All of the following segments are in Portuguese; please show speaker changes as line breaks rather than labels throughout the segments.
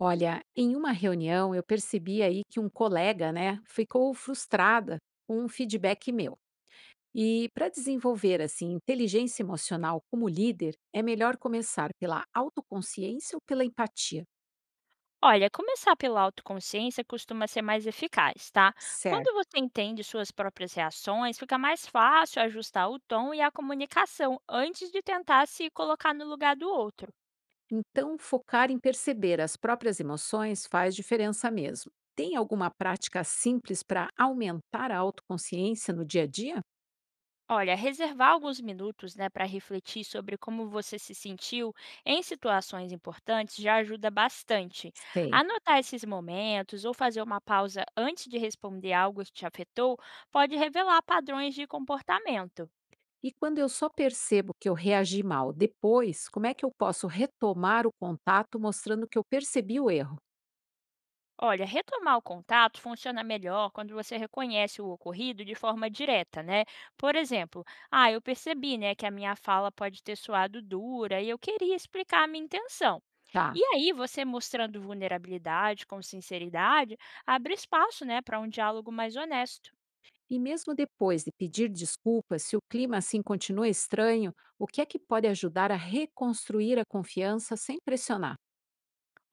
Olha, em uma reunião eu percebi aí que um colega, né, ficou frustrada com um feedback meu. E para desenvolver assim inteligência emocional como líder, é melhor começar pela autoconsciência ou pela empatia?
Olha, começar pela autoconsciência costuma ser mais eficaz, tá? Quando
Certo.
você entende suas próprias reações, fica mais fácil ajustar o tom e a comunicação antes de tentar se colocar no lugar do outro.
Então, focar em perceber as próprias emoções faz diferença mesmo. Tem alguma prática simples para aumentar a autoconsciência no dia a dia?
Olha, reservar alguns minutos, né, para refletir sobre como você se sentiu em situações importantes já ajuda bastante.
Sei.
Anotar esses momentos ou fazer uma pausa antes de responder algo que te afetou pode revelar padrões de comportamento.
E quando eu só percebo que eu reagi mal depois, como é que eu posso retomar o contato mostrando que eu percebi o erro?
Olha, retomar o contato funciona melhor quando você reconhece o ocorrido de forma direta, né? Por exemplo, eu percebi, né, que a minha fala pode ter soado dura e eu queria explicar a minha intenção.
Tá.
E aí, você mostrando vulnerabilidade com sinceridade, abre espaço, né, para um diálogo mais honesto.
E mesmo depois de pedir desculpas, se o clima assim continua estranho, o que é que pode ajudar a reconstruir a confiança sem pressionar?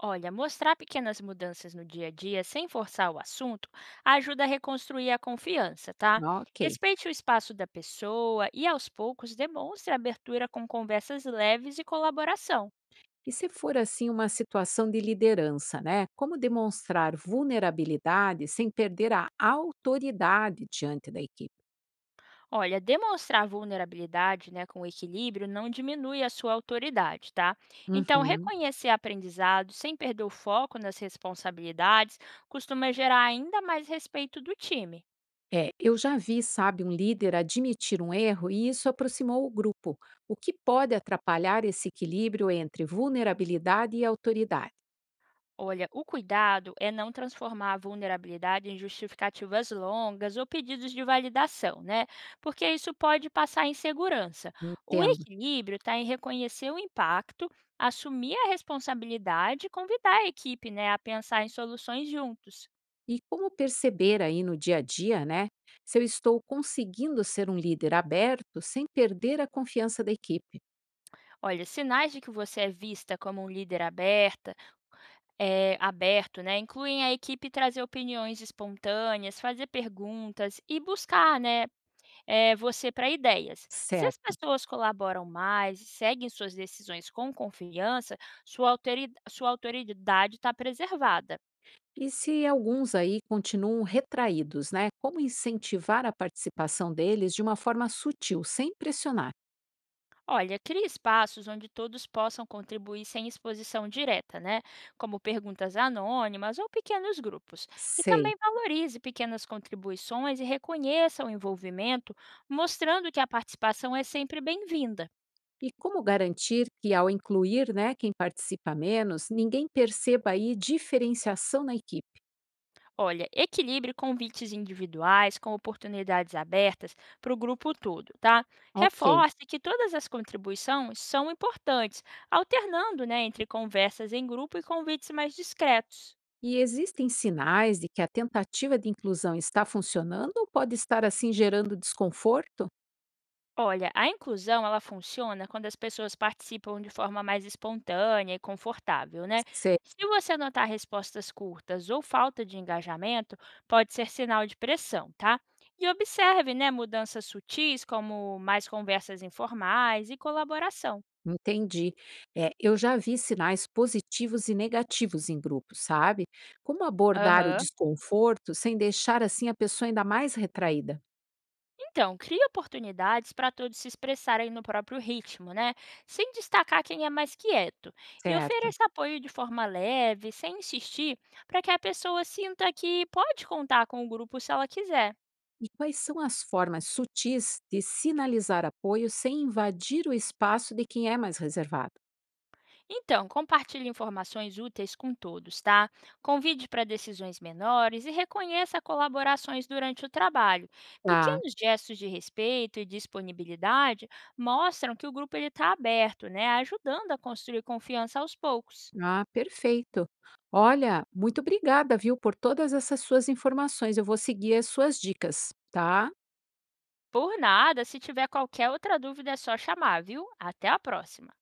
Olha, mostrar pequenas mudanças no dia a dia sem forçar o assunto ajuda a reconstruir a confiança, tá?
Ok.
Respeite o espaço da pessoa e, aos poucos, demonstre abertura com conversas leves e colaboração.
E se for assim uma situação de liderança, né? Como demonstrar vulnerabilidade sem perder a autoridade diante da equipe?
Olha, demonstrar vulnerabilidade né, com equilíbrio não diminui a sua autoridade, tá? Então,
Uhum.
reconhecer aprendizado sem perder o foco nas responsabilidades costuma gerar ainda mais respeito do time.
É, eu já vi, sabe, um líder admitir um erro e isso aproximou o grupo, o que pode atrapalhar esse equilíbrio entre vulnerabilidade e autoridade.
Olha, o cuidado é não transformar a vulnerabilidade em justificativas longas ou pedidos de validação, né? Porque isso pode passar insegurança. O
Entendo.
equilíbrio está em reconhecer o impacto, assumir a responsabilidade e convidar a equipe né, a pensar em soluções juntos.
E como perceber aí no dia a dia, né, se eu estou conseguindo ser um líder aberto sem perder a confiança da equipe?
Olha, sinais de que você é vista como um líder aberto, né? Incluem a equipe trazer opiniões espontâneas, fazer perguntas e buscar, né? Você para ideias. Se as
Certo.
pessoas colaboram mais e seguem suas decisões com confiança, sua autoridade está preservada.
E se alguns aí continuam retraídos, né? Como incentivar a participação deles de uma forma sutil, sem pressionar?
Olha, crie espaços onde todos possam contribuir sem exposição direta, né? Como perguntas anônimas ou pequenos grupos. E
Sei.
também valorize pequenas contribuições e reconheça o envolvimento, mostrando que a participação é sempre bem-vinda.
E como garantir que, ao incluir né, quem participa menos, ninguém perceba aí diferenciação na equipe?
Olha, equilibre convites individuais com oportunidades abertas para o grupo todo, tá?
Ok.
Reforce que todas as contribuições são importantes, alternando né, entre conversas em grupo e convites mais discretos.
E existem sinais de que a tentativa de inclusão está funcionando ou pode estar assim gerando desconforto?
Olha, a inclusão ela funciona quando as pessoas participam de forma mais espontânea e confortável, né?
Sei,
Se você notar respostas curtas ou falta de engajamento, pode ser sinal de pressão, tá? E observe, né, mudanças sutis como mais conversas informais e colaboração.
entendi. É, eu já vi sinais positivos e negativos em grupos, sabe? Como abordar o
Aham.
desconforto sem deixar assim a pessoa ainda mais retraída?
Então, cria oportunidades para todos se expressarem no próprio ritmo, né? Sem destacar quem é mais quieto. E
Certo.
ofereça apoio de forma leve, sem insistir, para que a pessoa sinta que pode contar com o grupo se ela quiser.
E quais são as formas sutis de sinalizar apoio sem invadir o espaço de quem é mais reservado?
Então, compartilhe informações úteis com todos, tá? Convide para decisões menores e reconheça colaborações durante o trabalho.
Tá.
Pequenos gestos de respeito e disponibilidade mostram que o grupo está aberto, né? Ajudando a construir confiança aos poucos.
Ah, perfeito. Olha, muito obrigada, viu, por todas essas suas informações. Eu vou seguir as suas dicas, tá?
Por nada, se tiver qualquer outra dúvida é só chamar, viu? Até a próxima!